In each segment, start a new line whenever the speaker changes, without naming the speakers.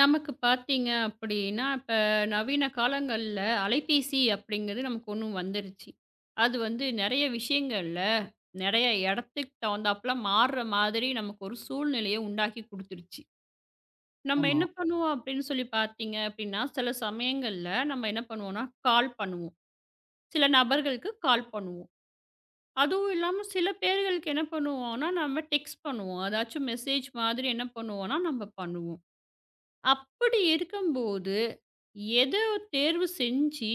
நமக்கு பார்த்தீங்க அப்படின்னா, இப்ப நவீன காலங்கள்ல அலைபேசி அப்படிங்கிறது நமக்கு ஒண்ணு வந்துருச்சு. அது வந்து நெறைய விஷயங்கள்ல, நெறைய இடத்துக்கு தகுந்தாப்புல மாறுற மாதிரி நமக்கு ஒரு சூழ்நிலைய உண்டாக்கி குடுத்துருச்சு. நம்ம
ஆமா.
என்ன பண்ணுவோம் அப்படின்னு சொல்லி பார்த்தீங்க அப்படின்னா, சில சமயங்கள்ல நம்ம என்ன பண்ணுவோம்னா, கால் பண்ணுவோம். சில நபர்களுக்கு கால் பண்ணுவோம். அதுவும் இல்லாம சில பேர்களுக்கு என்ன பண்ணுவோம்னா, நம்ம டெக்ஸ்ட் பண்ணுவோம். அதாச்சும் மெசேஜ் மாதிரி என்ன பண்ணுவோம்னா, நம்ம பண்ணுவோம். அப்படி இருக்கும்போது, எத தேர்வு செஞ்சு,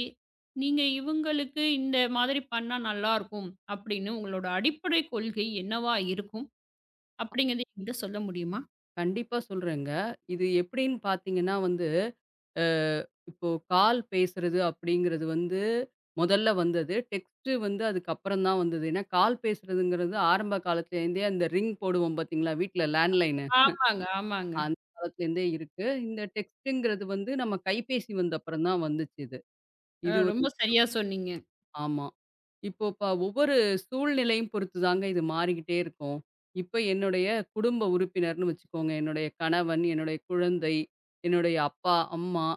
நீங்க இவங்களுக்கு இந்த மாதிரி பண்ணா நல்லாருக்கும், அப்படின்னு உங்களோட அடிப்படை கொள்கை என்னவா இருக்கும்? அப்படிங்கிறத என்கிட்ட சொல்ல முடியுமா?
கண்டிப்பா சொல்றேங்க. இது எப்படின்னு பார்த்தீங்கன்னா வந்து, அ இப்போ கால் பேசுறது அப்படிங்கிறது வந்து முதல்ல வந்தது. டெக்ஸ்ட்டு வந்து அதுக்கப்புறம் தான் வந்தது. ஏன்னா, கால் பேசுறதுங்கிறது ஆரம்ப காலத்துலேருந்தே அந்த ரிங் போடுவோம் பார்த்தீங்களா? வீட்ல லேண்ட்லைனு.
ஆமாங்க, ஆமாங்க.
அந்த காலத்துலேருந்தே இருக்கு. இந்த டெக்ஸ்ட்டுங்கிறது வந்து நம்ம கைபேசி வந்த அப்புறம் தான் வந்துச்சு இது. இது ஒரு
ரொம்ப
விஷயம்.
சரியா சொன்னீங்க.
ஆமா. இப்போ ஒவ்வொரு சூழ்நிலையும் பொறுத்துதாங்க இது மாறிக்கிட்டே இருக்கும். இப்ப என்னுடைய குடும்ப உறுப்பினர்ன்னு வச்சுக்கோங்க. என்னுடைய கணவன், என்னுடைய குழந்தை, என்னுடைய அப்பா, அம்மா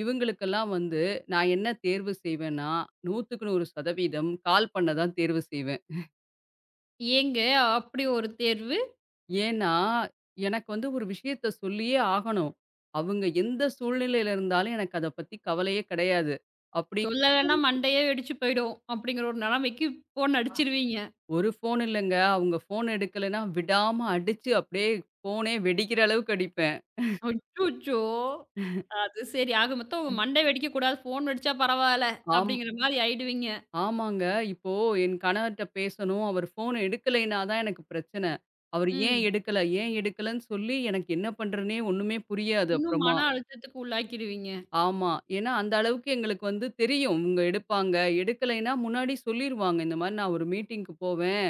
இவங்களுக்கெல்லாம் வந்து நான் என்ன தேர்வு செய்வேன்னா, 100க்கு 100% கால் பண்ண தான் தேர்வு செய்வேன்.
ஏங்க அப்படி ஒரு தேர்வு?
ஏன்னா, எனக்கு வந்து ஒரு விஷயத்த சொல்லியே ஆகணும். அவங்க எந்த சூழ்நிலையில இருந்தாலும் எனக்கு அத பத்தி கவலையே கிடையாது. அப்படி
சொல்லலன்னா மண்டையே வெடிச்சு போயிடும், அப்படிங்கிற ஒரு நிலைமைக்கு ஃபோன் அடிச்சுருவீங்க.
ஒரு ஃபோன் இல்லங்க. அவங்க ஃபோன் எடுக்கலன்னா, விடாம அடிச்சு அப்படியே ஃபோனே வெடிக்கிற அளவுக்கு அடிப்பேன்.
அச்சச்சோ! அது சரி. ஆக மொத்தம் உங்க
ம்.
மண்டை வெடிக்கக்கூடாது, ஃபோன் வெடிச்சா பரவால்ல,
ஆம்
அப்படிங்கிற மாரி ஆயிடுவீங்க.
ஆமாங்க. இப்போ என் கணவர்ட்ட பேசணும். அவர் ஃபோன் எடுக்கலைன்னா தான் எனக்கு பிரச்சனை. அவரு ஏன்
ம்.
எடுக்கல? ஏன் எடுக்கலன்னு சொல்லி எனக்கு என்ன பண்றதுன்னே ஒண்ணுமே புரியாது
இன்னும்
அப்புறமா.
மன அழுத்தத்துக்கு உள்ளாக்கிருவீங்க.
ஆமா. ஏன்னா அந்த அளவுக்கு எங்களுக்கு வந்து தெரியும். இவங்க எடுப்பாங்க. எடுக்கலைன்னா முன்னாடி சொல்லிருவாங்க. இந்த மாரி நான் ஒரு மீட்டிங்க்கு போவேன்.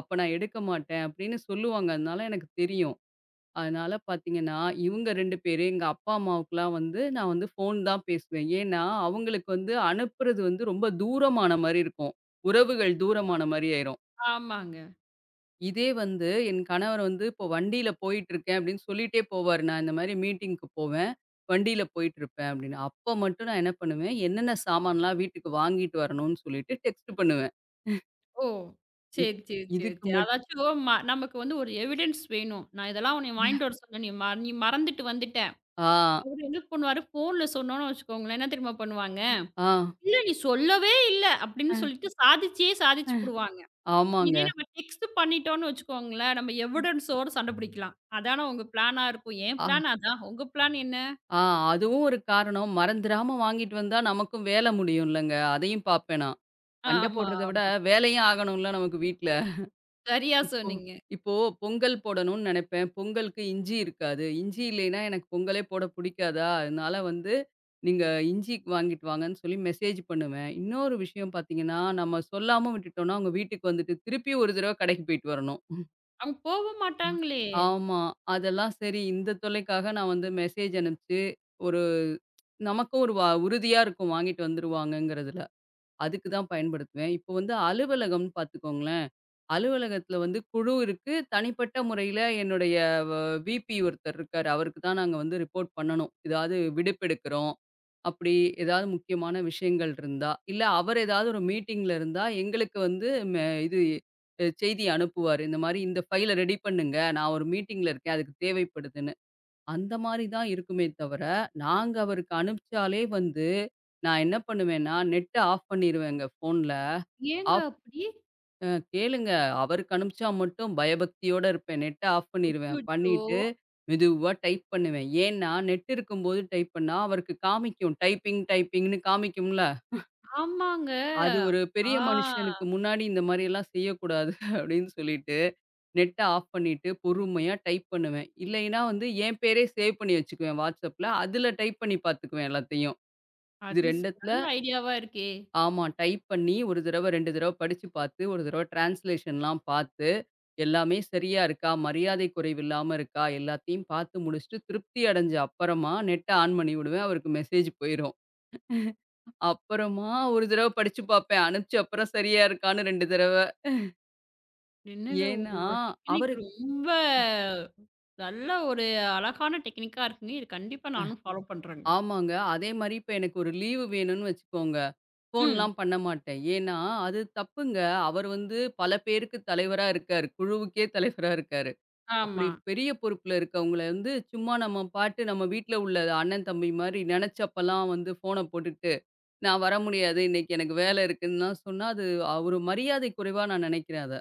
அப்ப நான் எடுக்க மாட்டேன் அப்படின்னு சொல்லுவாங்க. அதனால எனக்கு தெரியும். அதனால பார்த்தீங்கன்னா, இவங்க 2 பேரு எங்க அப்பா, அம்மாவுக்குலாம் வந்து நான் வந்து ஃபோன் தான் பேசுவேன். ஏன்னா, அவங்களுக்கு வந்து அனுப்புறது வந்து ரொம்ப தூரமான மாரி இருக்கும். உறவுகள் தூரமான மாரி ஆயிரும்.
ஆமாங்க.
இதே வந்து என் கணவர் வந்து இப்போ வண்டியில போயிட்டுருக்கேன் அப்படின்னு சொல்லிட்டே போவாரு. நான் இந்த மாரி மீட்டிங்க்கு போவேன். வண்டியில போயிட்டுருப்பேன் அப்படின்னு. அப்ப மட்டும் நான் என்ன பண்ணுவேன், என்னென்ன சாமான்லாம் வீட்டுக்கு வாங்கிட்டு வரணும்னு சொல்லிட்டு டெக்ஸ்ட் பண்ணுவேன்.
ஓ!
இ
சரி, சரி, சரி,
இதுக்கு
சரி.
மட்
அதாச்சும் நமக்கு வந்து ஒரு எவிடன்ஸ் வேணும். நான் இதெல்லாம் உன்னைய வாங்கிட்டு வர சொன்னேன். நீ மறந்துட்டு வந்துட்ட.
ஆ,
அவரு என்ன பண்ணுவாரு, ஃபோன்ல சொன்னோம்னு வச்சுக்கோங்களேன். என்ன தெரியுமா பண்ணுவாங்க?
ஆ,
"இல்ல நீ சொல்லவே இல்ல" அப்படின்னு சொல்லிட்டு சாதிச்சே சாதிச்சு புடுவாங்க.
ஆமாங்க.
இதே நம்ம டெக்ஸ்ட் பண்ணிட்டோம்னு வச்சுக்கோங்களேன், நம்ம எவிடன்ஸோட சண்டை பிடிக்கலாம். அதானே உங்க பிளானா இருக்கும். என்
அ
பிளான் அதான். உங்க பிளான் என்ன?
ஆ அதுவும் ஒரு காரணம். மறந்துராம வாங்கிட்டு வந்தா நமக்கும் வேல முடியும்லங்க. அதையும் பார்ப்பேன் நான். சண்ட
ஆமா.
போடுறத விட வேலையும் ஆகணும்ல நமக்கு வீட்ல.
சரியா
இப்போ
சொன்னீங்க.
இப்போ பொங்கல் போடணும்னு நெனைப்பேன். பொங்கலுக்கு இஞ்சி இருக்காது. இஞ்சி இல்லைன்னா எனக்கு பொங்கலே போட பிடிக்காதா, அதனால வந்து நீங்க இஞ்சி வாங்கிட்டு வாங்கன்னு சொல்லி மெசேஜ் பண்ணுவேன். இன்னொரு விஷயம் பார்த்தீங்கன்னா, நம்ம சொல்லாம விட்டுட்டோம்னா, அவங்க வீட்டுக்கு வந்துட்டு திருப்பி ஒரு தடவ கடைக்கு போயிட்டு வரணும்.
அவங்க போக மாட்டாங்களே!
ஆமா. அதெல்லாம் சரி இந்த தொல்லைக்காக நான் வந்து மெசேஜ் அனுப்பிச்சு, ஒரு நமக்கும் ஒரு வ உறுதியா இருக்கும் வாங்கிட்டு வந்துருவாங்கங்கிறதுல. அதுக்கு தான் பயன்படுத்துவேன். இப்போ வந்து அலுவலகம்னு பார்த்துக்கோங்களேன். அலுவலகத்தில வந்து குழு இருக்கு. தனிப்பட்ட முறையில என்னுடைய வ விபி ஒருத்தர் இருக்காரு. அவருக்கு தான் நாங்க வந்து ரிப்போர்ட் பண்ணணும். ஏதாவது விடுப்பெடுக்கிறோம். அப்படி ஏதாவது முக்கியமான விஷயங்கள் இருந்தா, இல்ல அவர் ஏதாவது ஒரு மீட்டிங்ல இருந்தா, எங்களுக்கு வந்து மெ இது அ செய்தி அனுப்புவாரு. இந்த மாரி இந்த ஃபைல ரெடி பண்ணுங்க. நான் ஒரு மீட்டிங்ல இருக்கேன். அதுக்கு தேவைப்படுதுன்னு. அந்த மாரி தான் இருக்குமே தவிர, நாங்க அவருக்கு அனுப்பிச்சாலே வந்து, நான் என்ன பண்ணுவேன்னா, நெட்ட ஆஃப் பண்ணிருவேங்க ஃபோன்ல.
ஏங்க
ஆஃப்
அப்படி?
அ கேளுங்க. அவருக்கு அனுப்பிச்சா மட்டும் பயபக்தியோட இருப்பேன். நெட்ட ஆஃப் பண்ணிருவேன்.
அச்சச்சோ!
பண்ணிட்டு மெதுவா டைப் பண்ணுவேன். ஏன்னா, நெட் இருக்கும்போது டைப் பண்ணா அவருக்கு காமிக்கும். டைப்பிங் டைப்பிங்ன்னு காமிக்கும்ல.
ஆமாங்க.
அது ஒரு பெரிய
ஆ
மனுஷனுக்கு முன்னாடி இந்த மாரியெல்லாம் செய்யக்கூடாது அப்படின்னு சொல்லிட்டு நெட்ட ஆஃப் பண்ணிட்டு, பொறுமையா டைப் பண்ணுவேன். இல்லைன்னா வந்து என் பேரே சேவ் பண்ணி வச்சுக்குவேன் WhatsAppல. அதுல டைப் பண்ணி பார்த்துக்குவேன் எல்லாத்தையும். இது
அது ஸ்
2த்துல
நல்ல ஐடியாவா இருக்கே!
ஆமா டைப் பண்ணி, 1 தடவ, 2 தடவ படிச்சு பார்த்து, 1 தடவ டிரான்ஸ்லேஷன்லாம் பார்த்து, எல்லாமே சரியா இருக்கா? மரியாதை குறைவில்லாம இருக்கா? எல்லாத்தையும் பார்த்து முடிச்சுட்டு, திருப்தி அடைஞ்ச அப்பறமா நெட்ட ஆன் பண்ணி விடுவேன். அவருக்கு மெசேஜ் போயிரும். அப்புறமா 1 தடவ படிச்சு பார்ப்பேன். அனுப்பிச்ச அப்புறம் சரியா இருக்கான்னு 2 தடவ.
என்னங்க
ஏன்னா,
உங்களோட டெக்னிக்
அவரு
ரொம்ப நல்ல ஒரு அழகான டெக்னிக்கா இருக்குங்க. இது கண்டிப்பா நானும் ஃபாலோ பண்றேங்க.
ஆமாங்க. அதே மாரி இப்ப எனக்கு ஒரு லீவு வேணும்னு வச்சுக்கோங்க.
ம்.
ஃபோன்லாம் பண்ண மாட்டேன். ஏன்னா, அது தப்புங்க. அவர் வந்து பல பேருக்கு தலைவரா இருக்காரு. குழுவுக்கே தலைவரா இருக்காரு. அப்படி
ஆமா.
பெரிய பொறுப்புல இருக்கவங்கள வந்து சும்மா நம்ம பாட்டு நம்ம வீட்ல உள்ள அண்ணன், தம்பி மாரி நெனச்சப்பலாம் வந்து ஃபோன போட்டுட்டு, "நான் வர முடியாது. இன்னைக்கு எனக்கு வேல இருக்குன்லாம்" சொன்னா, அது ஒரு மரியாதை குறைவா நான் நெனைக்கிறேன் அத.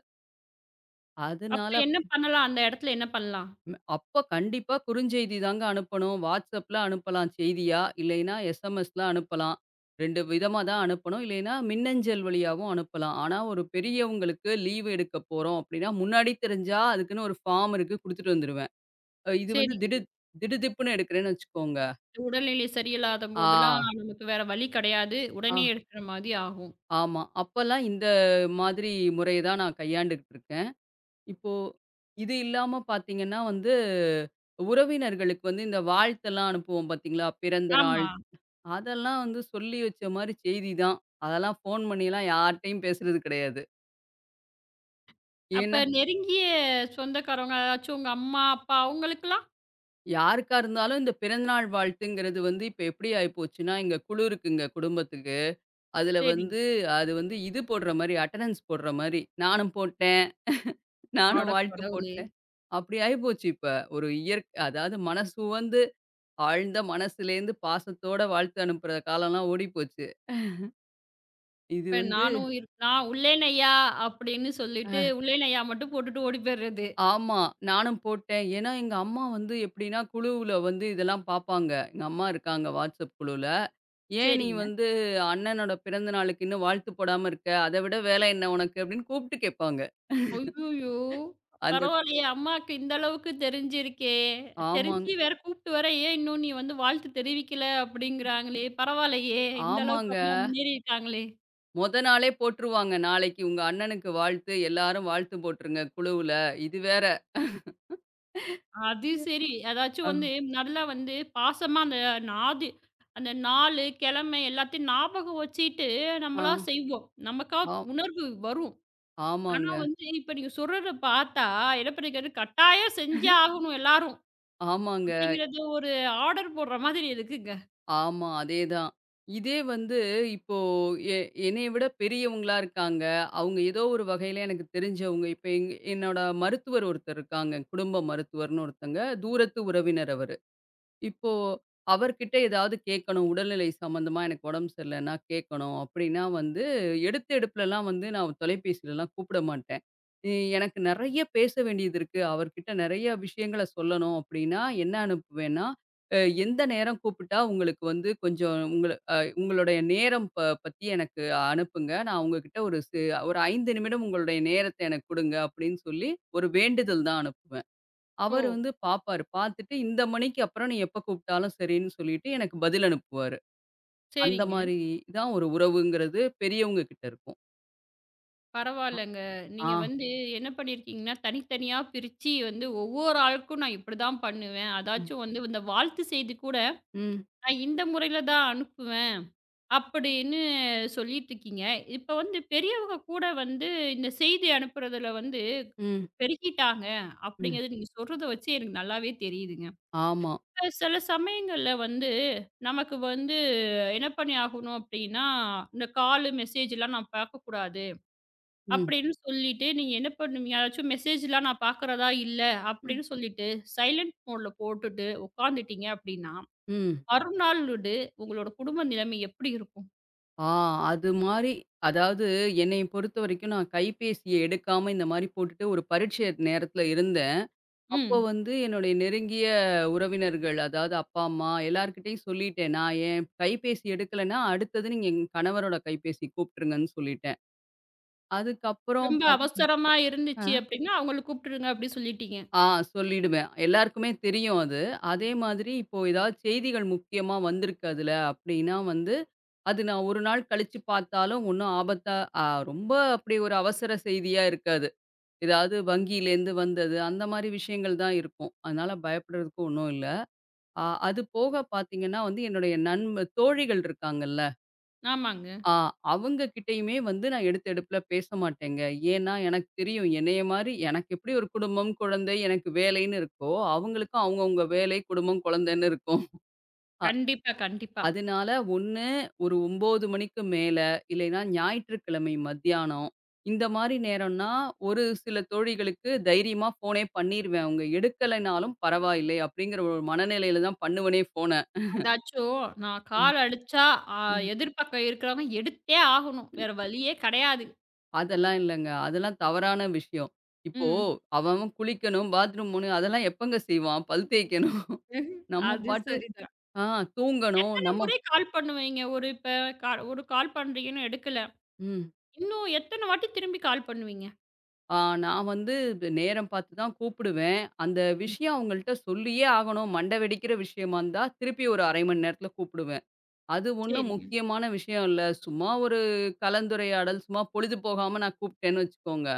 அப்ப
அதனால
என்ன பண்ணலாம்? அந்த இடத்துல என்ன பண்ணலாம்?
ம், அப்ப கண்டிப்பா குறுஞ்செய்தி தாங்க அனுப்பணும். WhatsAppல அனுப்பலாம் செய்தியா, இல்லைன்னா எஸ்எம்எஸ்ல அனுப்பலாம். 2 விதமா தான் அனுப்பணும். இல்லைன்னா மின்னஞ்சல் வழியாவும் அனுப்பலாம். ஆனா ஒரு பெரியவங்களுக்கு லீவ் எடுக்க போறோம் அப்டின்னா, முன்னாடி தெரிஞ்சா அதுக்குன்னு ஒரு ஃபார்ம் இருக்கு குடுத்துட்டு வந்துருவேன். அ இது வந்து
சரிங்க.
திடு திடுதிப்புன்னு எடுக்கிறேன்னு வச்சுக்கோங்க.
உடல்நிலை சரியில்லாத
ஆ,
போதெல்லாம் நமக்கு வேற வழி கிடையாது.
ஆ,
உடனே எடுக்கிற மாரி ஆகும்.
ஆமா. அப்பல்லாம் இந்த மாதிரி முறைய தான் நான் கையாண்டுகிட்டு இருக்கேன். இப்போ இது இல்லாம பார்த்தீங்கன்னா வந்து, உறவினர்களுக்கு வந்து இந்த வாழ்த்தெல்லாம் அனுப்புவோம் பார்த்தீங்களா? பிறந்த நாள்
ஆமா.
அதெல்லாம் வந்து சொல்லி வச்ச மாரி செய்தி தான். அதெல்லாம் ஃபோன் பண்ணிலாம் யார்ட்டயும் பேசுறது கிடையாது. ஏன்னா,
அப்ப நெருங்கிய சொந்தக்காரவங்க, யாராச்சும் உங்க அம்மா, அப்பா அவங்களுக்கெல்லாம்?
யாருக்கா இருந்தாலும் இந்த பிறந்தநாள் வாழ்த்துங்கிறது வந்து இப்ப எப்படி ஆயிப்போச்சுன்னா, எங்க குழு இருக்குங்க குடும்பத்துக்கு. அதுல வந்து
சரிங்க.
அது வந்து இது போடுற மாரி அட்டெண்டன்ஸ் போடுற மாரி. நானும் போட்டேன்,
அட
நானும் வாழ்த்து
கடவுளே!
போட்டேன். அப்படி ஆயிப்போச்சு இப்ப. ஒரு இயற் அதாவது மனசுவந்து, ஆழ்ந்த மனசுலேருந்து பாசத்தோட வாழ்த்து அனுப்புற காலம்லாம் ஓடிப்போச்சு. இது
இப்ப
வந்து
நானும் இரு நான் "உள்ளேன் ஐயா" அப்படின்னு சொல்லிட்டு,
அ.
"உள்ளேன் ஐயா" மட்டும் போட்டுட்டு ஓடி போயிறது.
ஆமா. நானும் போட்டேன். ஏன்னா, எங்க அம்மா வந்து எப்படின்னா, குழுவுல வந்து இதெல்லாம் பார்ப்பாங்க. எங்க அம்மா இருக்காங்க WhatsApp குழுவுல. "ஏன் நீ
சரிங்க.
வந்து அண்ணனோட பிறந்த நாளுக்கு இன்னும் வாழ்த்து போடாம இருக்க? அத விட வேலை என்ன உனக்கு?" அப்படின்னு கூப்பிட்டு கேட்பாங்க.
அய்யய்யோ!
அந்த
பரவாயில்லையே அம்மாக்கு இந்த அளவுக்கு தெரிஞ்சிருக்கே!
ஆமாங்
தெரிஞ்சு வேற கூப்பிட்டு வேற, "ஏன் இன்னும் நீ வந்து வாழ்த்து தெரிவிக்கல?" அப்படிங்கிறாங்களே! பரவாயில்லையே! இந்த அளவுக்கு
ஆமாங்க.
அம்மா முன்னேறியிருக்காங்களே!
மொத நாளே போட்டுருவாங்க. "நாளைக்கு உங்க அண்ணனுக்கு வாழ்த்து. எல்லாரும் வாழ்த்து போட்டுருங்க குழுவுல." இது வேற.
அது சரி. அதாச்சும்
அ,
வந்து நல்லா வந்து பாசமா அந்த நாது அந்த நாளு, கிழமை எல்லாத்தையும் ஞாபகம் வச்சுட்டு
ஆ,
நம்மளா செய்வோம். நமக்கா
ஆம்.
உணர்வு வரும். ஆனா
ஆமாங்க,
வந்து, இப்ப நீங்க சொல்றத பார்த்தா, என்ன பண்ணிருக்காரு, கட்டாயம் செஞ்சே ஆகணும் எல்லாரும்.
ஆமாங்க.
அப்படிங்கிறது ஒரு ஆர்டர் போடுற மாதிரி இருக்குங்க.
ஆமா. அதேதான். இதே வந்து இப்போ எ என்னைய விட பெரியவங்களா இருக்காங்க. அவங்க ஏதோ ஒரு வகையில எனக்கு தெரிஞ்சவங்க. இப்ப எங் என்னோட மருத்துவர் ஒருத்தர் இருக்காங்க. குடும்ப மருத்துவர்ன்னு ஒருத்தங்க. தூரத்து உறவினர் அவரு. இப்போ அவர்கிட்ட ஏதாவது கேட்கணும். உடல்நிலை சம்மந்தமா எனக்கு உடம்பு சரியில்லைன்னா கேட்கணும். அப்படின்னா வந்து எடுத்த எடுப்புலலாம் வந்து நான் தொலைபேசிலலாம் கூப்பிட மாட்டேன். இ எனக்கு நெறைய பேச வேண்டியது இருக்கு. அவர்கிட்ட நெறைய விஷயங்கள சொல்லணும் அப்படின்னா, என்ன அனுப்புவேன்னா, அ எந்த நேரம் கூப்பிட்டா உங்களுக்கு வந்து கொஞ்சம் உங்களுடைய நேரம் பத்தி எனக்கு அனுப்புங்க. நான் உங்ககிட்ட ஒரு சி ஒரு 5 நிமிடம் உங்களுடைய நேரத்த எனக்கு குடுங்க அப்படின்னு சொல்லி ஒரு வேண்டுதல் தான் அனுப்புவேன்.
ஓ!
அவரு வந்து பாப்பாரு. பாத்துட்டு இந்த மணிக்கு அப்புறம் நீ எப்ப கூப்பிட்டாலும் சரின்னு சொல்லிட்டு எனக்கு பதில் அனுப்புவாரு. அந்த
சரிங்க.
மாரி தான் ஒரு உறவுங்கிறது பெரியவங்க கிட்ட இருக்கும்.
பரவாயில்லங்க.
ஆ.
நீங்க வந்து என்ன பண்ணியிருக்கீங்கன்னா, தனித்தனியா பிரிச்சு வந்து ஒவ்வொரு ஆளுக்கும் நான் இப்படிதான் பண்ணுவேன்.
ம்.
அதாச்சும் வந்து இந்த வாழ்த்து செய்தி கூட,
ம்.
நான் இந்த முறையில தான் அனுப்புவேன். அப்படின்னு சொல்லிட்டுருக்கீங்க. இப்ப வந்து பெரியவங்க கூட வந்து இந்த செய்தி அனுப்புறதுல வந்து
ம்.
பெருகிட்டாங்க.
ம்.
அப்படிங்கிறது நீங்க சொல்றத வச்சு எனக்கு நல்லாவே தெரியுதுங்க.
ஆமா.
இப்ப சில சமயங்கள்ல வந்து, நமக்கு வந்து என்ன பண்ணி ஆகணும் அப்டின்னா, இந்த காலு, மெசேஜ்லாம் நான் பார்க்கக்கூடாது
ம்.
அப்படின்னு சொல்லிட்டு, நீங்க என்ன பண்ணுவீங்க? யாராச்சும் மெசேஜ்லாம் நான் பார்க்குறதா இல்ல
ம்.
அப்படின்னு சொல்லிட்டு, சைலன்ட் மோட்ல போட்டுட்டு உட்காந்துட்டீங்க அப்படின்னா,
ம்.
மறுநாளோடு உங்களோட குடும்ப நிலைமை எப்படி இருக்கும்?
ஆ அது மாரி அதாவது என்னைய பொறுத்தவரைக்கும் நான் கைபேசிய எடுக்காம இந்த மாரி போட்டுட்டு ஒரு பரீட்சை நேரத்துல இருந்தேன். அப்போ
ம்.
வந்து என்னுடைய நெருங்கிய உறவினர்கள் அதாவது அப்பா, அம்மா எல்லார்கிட்டயும் சொல்லிட்டேன். நான் என் கைபேசி எடுக்கலன்னா அடுத்தது நீங்க என் கணவரோட கைபேசி கூப்பிட்டுருங்கன்னு சொல்லிட்டேன். அதுக்கப்புறம்
ரொம்ப
பாத்
அவசரமா இருந்துச்சு அப்படின்னா, அவங்கள கூப்பிட்டுருங்க அப்படின்னு சொல்லிட்டீங்க.
ஆ சொல்லிடுவேன். எல்லாருக்குமே தெரியும் அது. அதே மாதிரி இப்போ ஏதாவது செய்திகள் முக்கியமா வந்திருக்கு அதுல அப்டின்னா வந்து, அது நான் ஒரு நாள் கழிச்சு பார்த்தாலும் ஒண்ணும் ஆபத்தா அ ரொம்ப அப்படி ஒரு அவசர செய்தியா இருக்காது. ஏதாவது வங்கியிலேருந்து வந்தது அந்த மாரி விஷயங்கள் தான் இருக்கும். அதனால பயப்படுறதுக்கு ஒண்ணும் இல்ல. அது போக பார்த்தீங்கன்னா வந்து என்னுடைய நண்ப தோழிகள் இருக்காங்கல்ல.
ஆமாங்க.
ஆ அவங்க கிட்டயுமே வந்து நான் எடுத்த எடுப்புல பேச மாட்டேங்க. ஏன்னா, எனக்கு தெரியும் என்னைய மாரி எனக்கு எப்படி ஒரு குடும்பம், குழந்தை, எனக்கு வேலைன்னு இருக்கோ, அவங்களுக்கும் அவங்கவங்க வேலை, குடும்பம், குழந்தைன்னு இருக்கும். அ
கண்டிப்பா, கண்டிப்பா.
அதனால ஒண்ணு ஒரு 9 மணிக்கு மேல, இல்லைன்னா ஞாயிற்றுக்கிழமை மத்தியானம், இந்த மாரி நேரம்னா ஒரு சில தோழிகளுக்கு தைரியமா ஃபோனே பண்ணிருவேன். அவங்க எடுக்கலைனாலும் பரவாயில்லை அப்படிங்கிற ஒரு மனநிலையில தான் பண்ணுவனே ஃபோன.
அதாச்சும் நான்
ம்,
கால் அடிச்சா, அ
ம்.
எதிர்பக்கம் இருக்கிறவங்க எடுத்தே ஆகணும். வேற வழியே கிடையாது.
அதெல்லாம் இல்லங்க. அதெல்லாம் தவறான விஷயம். இப்போ
ம்.
அவன் அவன் குளிக்கணும், பாத்ரூம் போணும் அதெல்லாம் எப்பங்க செய்வான்? பல் தேய்க்கணும்.
ம்ஹும்.
நம்ம
அது
பாட்டு
சரிதான்.
ஆ தூங்கணும்.
எத்தன
நம்ம
முறை கால் பண்ணுவீங்க? ஒரு இப்ப ஒரு கால் பண்றீங்கன்னு எடுக்கல.
ம்.
இன்னும் எத்தன வாட்டி திரும்பி கால் பண்ணுவீங்க?
ஆ நான் வந்து நேரம் பார்த்து தான் கூப்பிடுவேன். அந்த
ம்.
விஷயம் அவங்கள்ட்ட சொல்லியே ஆகணும். மண்டை வெடிக்கிற விஷயமா இருந்தா, திருப்பி ஒரு 1/2 மணி நேரத்தில கூப்பிடுவேன். அது ஒண்ணும்
சரிங்க.
முக்கியமான விஷயம் இல்ல. சும்மா ஒரு கலந்துரையாடல், சும்மா பொழுது போகாம நான் கூப்பிட்டேன்னு வச்சுக்கோங்க.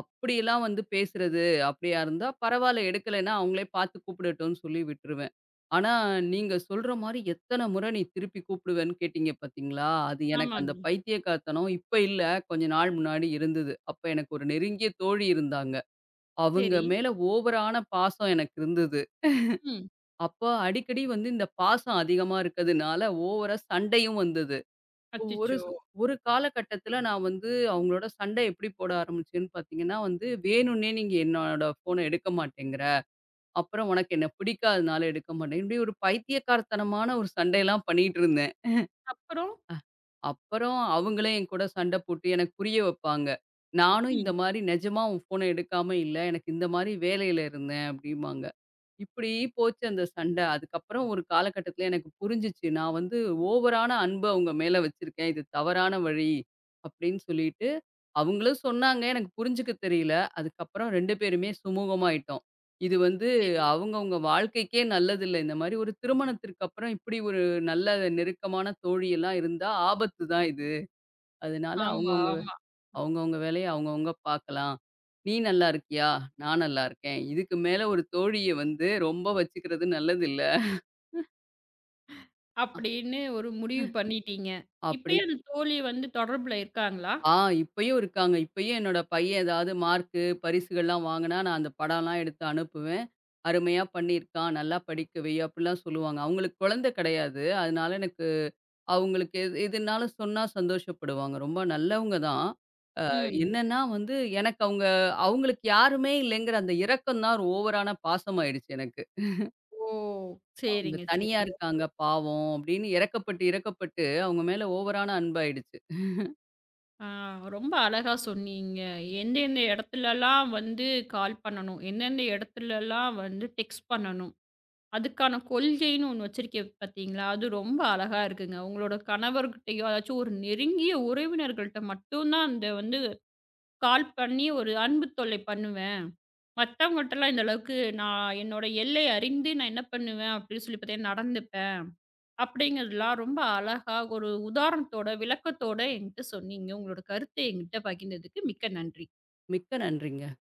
அப்படியெல்லாம் வந்து பேசுறது, அப்படியா இருந்தா பரவால்ல எடுக்கலைன்னா அவங்களே பார்த்து கூப்பிடட்டும்னு சொல்லி விட்டுருவேன். ஆனா, நீங்க சொல்ற மாரி எத்தன முறை நீ திருப்பி கூப்பிடுவேன்னு கேட்டீங்க பார்த்தீங்களா? அது எனக்கு அந்த
ஆமாங்க.
பைத்தியக்காரத்தனம் இப்ப இல்ல. கொஞ்ச நாள் முன்னாடி இருந்தது. அப்ப எனக்கு ஒரு நெருங்கிய தோழி இருந்தாங்க. அவங்க
சரி.
மேல ஓவரான பாசம் எனக்கு இருந்தது.
ம்.
அப்ப அடிக்கடி வந்து இந்த பாசம் அதிகமா இருக்கதுனால ஓவரா சண்டையும் வந்தது. ஒரு
அச்சச்சோ!
சு ஒரு காலகட்டத்தில நான் வந்து அவங்களோட சண்டை எப்படி போட ஆரம்பிச்சேன்னு பார்த்தீங்கன்னா வந்து, "வேணும்னே நீங்க என்னோட ஃபோன எடுக்க மாட்டேங்கிற, அப்புறம் உனக்கு என்ன பிடிக்காதனால எடுக்க மாட்டேங்கிற" இப்படி ஒரு பைத்தியக்காரத்தனமான ஒரு சண்டையெல்லாம் பண்ணிட்டு இருந்தேன்.
அப்புறம்?
அப்புறம் அவங்களே என்கூட சண்டை போட்டு எனக்கு புரிய வைப்பாங்க. நானும் இந்த
ம்.
மாரி நிஜமா உன் ஃபோன எடுக்காம இல்ல. எனக்கு இந்த மாரி வேலையில இருந்தேன் அப்டிம்பாங்க. இப்டி போச்சு அந்த சண்டை. அதுக்கப்புறம் ஒரு காலகட்டத்தில எனக்கு புரிஞ்சுச்சு. நான் வந்து ஓவரான அன்பு அவங்க மேல வச்சிருக்கேன். இது தவறான வழி அப்டின்னு சொல்லிட்டு அவங்களும் சொன்னாங்க. எனக்கு புரிஞ்சுக்க தெரியல. அதுக்கப்புறம் 2 பேருமே சுமூகமாயிட்டோம். இது வந்து
சரி.
அவங்கவங்க வாழ்க்கைக்கே நல்லதில்ல. இந்த மாரி ஒரு திருமணத்திற்கு அப்புறம் இப்படி ஒரு நல்ல நெருக்கமான தோழியெல்லாம் இருந்தா ஆபத்து தான் இது. அதனால
ஆமா,
அவங்கவங்க
ஆமா.
அவங்கவங்க வேலைய அவங்கவங்க பார்க்கலாம். நீ நல்லா இருக்கியா? நான் நல்லா இருக்கேன். இதுக்கு மேல ஒரு தோழிய வந்து ரொம்ப வச்சுக்கிறது நல்லதில்ல.
அப்படின்னு ஒரு முடிவு பண்ணிட்டீங்க.
அப்படி
இப்பயும் அந்த தோழி வந்து தொடர்புல இருக்காங்களா?
ஆ இப்பயும் இருக்காங்க. இப்பயும் என்னோட பையன் ஏதாவது மார்க்கு, பரிசுகள்லாம் வாங்குனா, நான் அந்த படம்லாம் எடுத்து அனுப்புவேன். "அருமையா பண்ணியிருக்கான். நல்லா படிக்க வை" அப்படிலாம் சொல்லுவாங்க. அவங்களுக்கு குழந்தை கிடையாது. அதனால எனக்கு அவங்களுக்கு எது எதுனாலும் சொன்னா சந்தோஷப்படுவாங்க. ரொம்ப நல்லவங்க தான். அ
ம்.
என்னன்னா வந்து எனக்கு அவங்க அவங்களுக்கு யாருமே இல்லைங்கிற அந்த இரக்கம் தான் ஒரு ஓவரான பாசமாயிடுச்சு எனக்கு.
ஓ!
"அவங்க
சரிங்க,
தனியா
சரிங்க.
இருக்காங்க பாவம்" அப்படின்னு இரக்கப்பட்டு, இரக்கப்பட்டு அவங்க மேல ஓவரான அன்பாயிடுச்சு.
ஆ, ரொம்ப அழகா சொன்னீங்க. எந்தெந்த இடத்துலலாம் வந்து கால் பண்ணணும்? எந்தெந்த இடத்துலலாம் வந்து டெக்ஸ்ட் பண்ணணும்? அதுக்கான கொள்கைன்னு ஒண்ணு வச்சிருக்கீங்க பார்த்தீங்களா? அது ரொம்ப அழகா இருக்குங்க. உங்களோட கணவர்கிட்டயோ, அதாச்சும் ஒரு நெருங்கிய உறவினர்கள்ட்ட மட்டும் தான் அந்த வந்து கால் பண்ணி ஒரு அன்பு தொல்லை பண்ணுவேன். மத்தவங்கட்டலாம் இந்த அளவுக்கு நான் என்னோட எல்லை அறிந்து நான் என்ன பண்ணுவேன் அப்படின்னு சொல்லி பார்த்தீங்கன்னா நடந்துப்பேன். அப்படிங்கிறதுலாம் ரொம்ப அழகா ஒரு உதாரணத்தோட, விளக்கத்தோட என்கிட்ட சொன்னீங்க. உங்களோட கருத்தை என்கிட்ட பகிர்ந்ததுக்கு மிக்க நன்றி.
மிக்க நன்றிங்க.